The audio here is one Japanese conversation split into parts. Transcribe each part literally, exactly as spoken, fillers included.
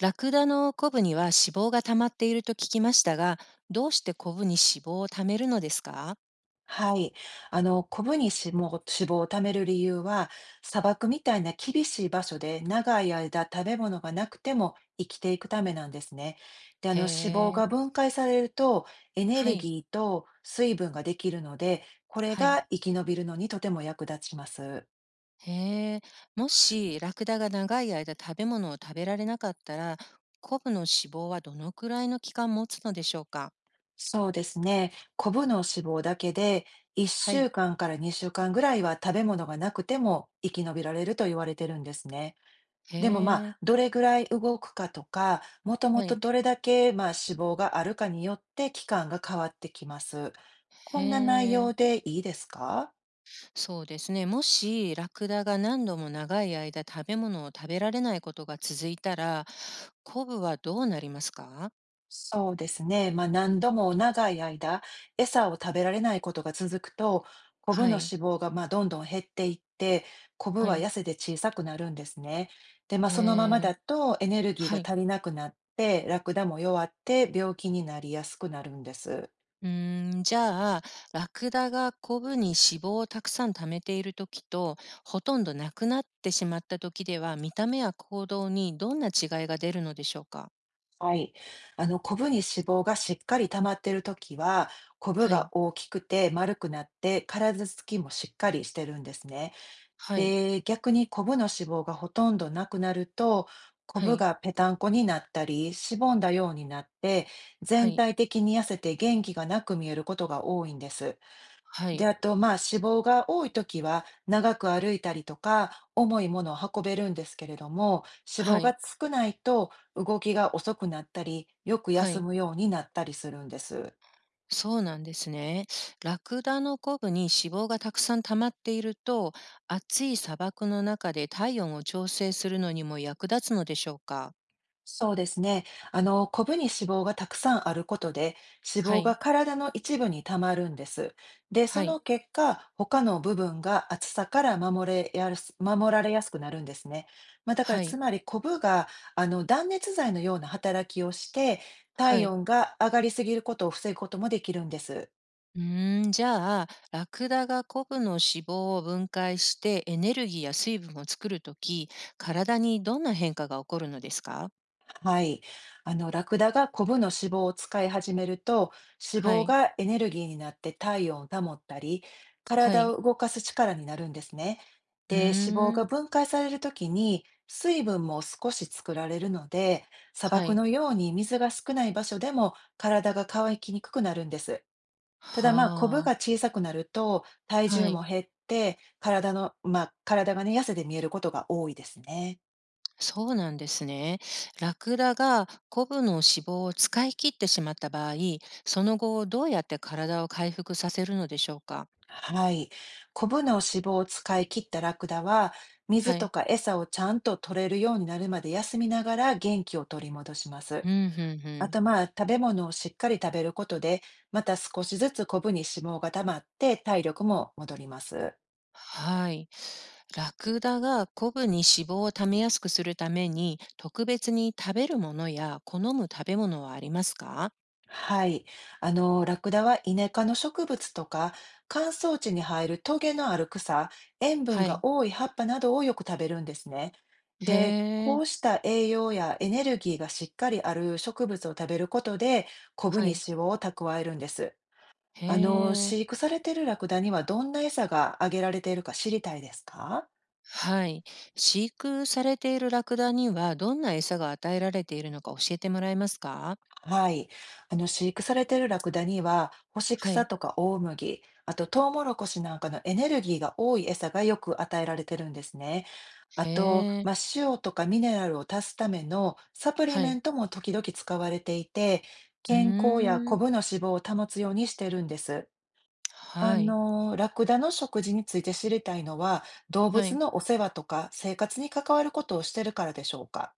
ラクダのコブには脂肪が溜まっていると聞きましたが、どうしてコブに脂肪を溜めるのですか？はい。あの、コブに脂肪脂肪を貯める理由は、砂漠みたいな厳しい場所で長い間食べ物がなくても生きていくためなんですね。で、あへの、脂肪え、が分解されるとエネはルい、ギーと水分ができるので、これはい。が生き延びるのにとても役立ちます。へえ、もしラクダが長い間食べ物を食べられなかったら、コブの脂肪はどのくらいの期間持つのでしょうか？そうですね。コブの脂肪だけで1はい。週間かんからにしゅうかんぐらいは食べ物がなくても生き延びられると言われてるんですね。へでもまえ、あ、どれぐらい動くかとか、もともはとい。どれだけまあ脂肪があるかによって期間が変わってきます。へこんな内え、容でいいですか？そうですね。もしラクダが何度も長い間食べ物を食べられないことが続いたら、コブはどうなりますか？そうですね。まあ何度も長い間、餌を食べられないことが続くと、コブはのい、脂肪がまあどんどん減っていって、コブははい。痩せて小さくなるんですね。で、まあへそのままえ、だとエネルギーはがい。足りなくなって、ラクダも弱って病気になりやすくなるんです。うーん、じゃあ、ラクダがコブに脂肪をたくさん貯めている時と、ほとんどなくなってしまった時では、見た目や行動にどんな違いが出るのでしょうか？はい。あの、コブに脂肪がしっかり溜まっているときは、コブはがい、大きくて丸くなって、体つきもしっかりしてるんですね。はい、で、逆にコブの脂肪がほとんどなくなると、コはブい、がぺたんこになったり、しぼんだようになって、は全い、体的に痩せて元気がなく見えることが多いんです。はで、い、あと、まあ、脂肪が多い時は長く歩いたりとか重いものを運べるんですけれども、脂は肪がい、少ないと動きが遅くなったり、よくは休い。むようになったりするんです。そうなんですね。ラクダのコブに脂肪がたくさん溜まっていると、暑い砂漠の中で体温を調整するのにも役立つのでしょうか？そうですね。あの、コブに脂肪がたくさんあることで、脂は肪がい、体の一部にたまるんです。で、そはい、の結果、他の部分が暑さから守れやす、守られやすくなるんですね。まあ、だから、はつい、まりコブが、あの、断熱材のような働きをして、は体い。温が上がりすぎることを防ぐこともできるんです。うーん、じゃあ、ラクダがコブの脂肪を分解してエネルギーや水分を作るとき、体にどんな変化が起こるのですか？はい。あの、ラクダがコブの脂肪を使い始めると、脂は肪い。がエネルギーになって体温を保ったり、は体い。を動かす力になるんですね。うで、脂肪ーがん。分解されるときに、水分も少し作られるので、砂は漠い。のように水が少ない場所でも体が乾きにくくなるんです。ただまあ、コブはあ。が小さくなると、体は重い。も減って、体の、まあ、体がね、痩せて見えることが多いですね。そうなんですね。ラクダがコブの脂肪を使い切ってしまった場合、その後どうやって体を回復させるのでしょうか？はい。コブの脂肪を使い切ったラクダは、水はとい。か餌をちゃんと取れるようになるまで休みながら元気を取り戻します。うん、うん、うあん。とまあ、食べ物をしっかり食べることで、また少しずつコブに脂肪が溜まって体力も戻ります。はい。ラクダがコブに脂肪を貯めやすくするために、特別に食べるものや好む食べ物はありますか？はい。あの、ラクダはイネ科の植物とか、乾燥地に生えるトゲのある草、塩分はがい。多い葉っぱなどをよく食べるんですね。へで、こえ。うした栄養やエネルギーがしっかりある植物を食べることで、コブはにい。脂肪を蓄えるんです。へあの、え。飼育されているラクダにはどんな餌があげられているか知りたいですか？はい。飼育されているラクダにはどんな餌が与えられているのか教えてもらえますか？はい。あの、飼育されているラクダには、干しは草い。とか大麦、あとトウモロコシなんかのエネルギーが多い餌がよく与えられてるんですね。あへと、え。まあ、塩とかミネラルを足すためのサプリはメい。ントも時々使われていて、う健康やーコん。ブの脂肪を保つようにしてるんです。あはい。の、ラクダの食事について知りたいのは、動は物い。のお世話とか生活に関わることをしてるからでしょうか。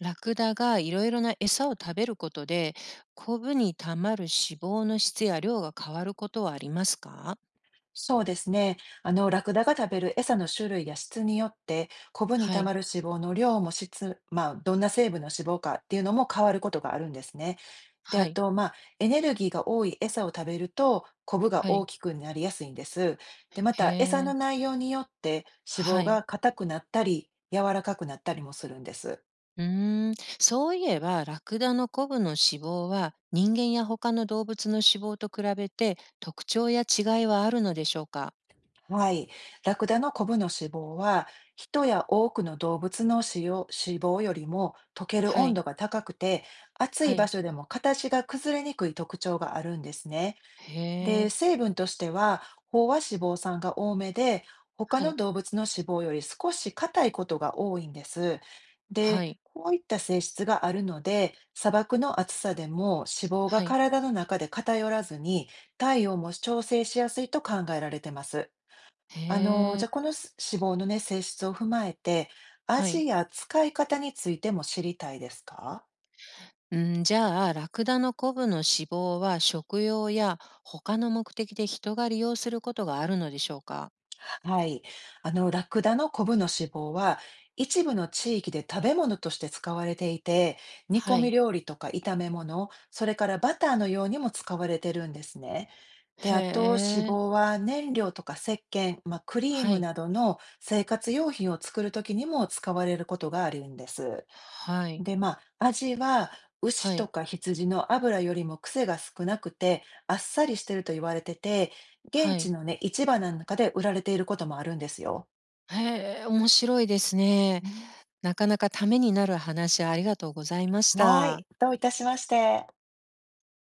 ラクダがいろいろな餌を食べることで、コブにたまる脂肪の質や量が変わることはありますか？そうですね。あの、ラクダが食べる餌の種類や質によって、コブにはたまい、る脂肪の量も質、まあ、どんな成分の脂肪かっていうのも変わることがあるんですね。で、はあい、と、まあ、エネルギーが多い餌を食べると、コブがは大い、きくなりやすいんです。で、まへた、餌のえ、内容によって、脂肪はい。が硬くなったり、柔らかくなったりもするんです。うーん、そういえば、ラクダのコブの脂肪は人間や他の動物の脂肪と比べて特徴や違いはあるのでしょうか？はい。ラクダのコブの脂肪は、人や多くの動物の脂を脂肪よりも溶けるは温い、度が高くて、暑いは場い、所でも形が崩れにくい特徴があるんですね。へで、え、成分としては、飽和脂肪酸が多めで、他はのい、動物の脂肪より少し硬いことが多いんです。はで、い、こういった性質があるので、砂漠の暑さでも脂肪がはい、体の中で偏らずに、体温も調整しやすいと考えられてます。あの、へえ、じゃ、このす脂肪のね、性質を踏まえて、は味い。や使い方についても知りたいですか？うん、じゃあ、ラクダのコブの脂肪は食用や他の目的で人が利用することがあるのでしょうか？はい。あの、ラクダのコブの脂肪は、一部の地域で食べ物として使われていて、煮込はみい。料理とか炒め物、それからバターのようにも使われてるんですね。で、へあと脂肪え、は燃料とか石鹸、まあ、クリーはムい、などの生活用品を作るときにも使われることがあるんです。はい、で、まあ、味はは牛とい、か羊の脂よりも癖が少なくて、あっさりしてると言われてて、現は地い。のね、市場なんかで売られていることもあるんですよ。へえ、面白いですね。うん。なかなかためになる話ありがとうございましはた。い、どういたしまして。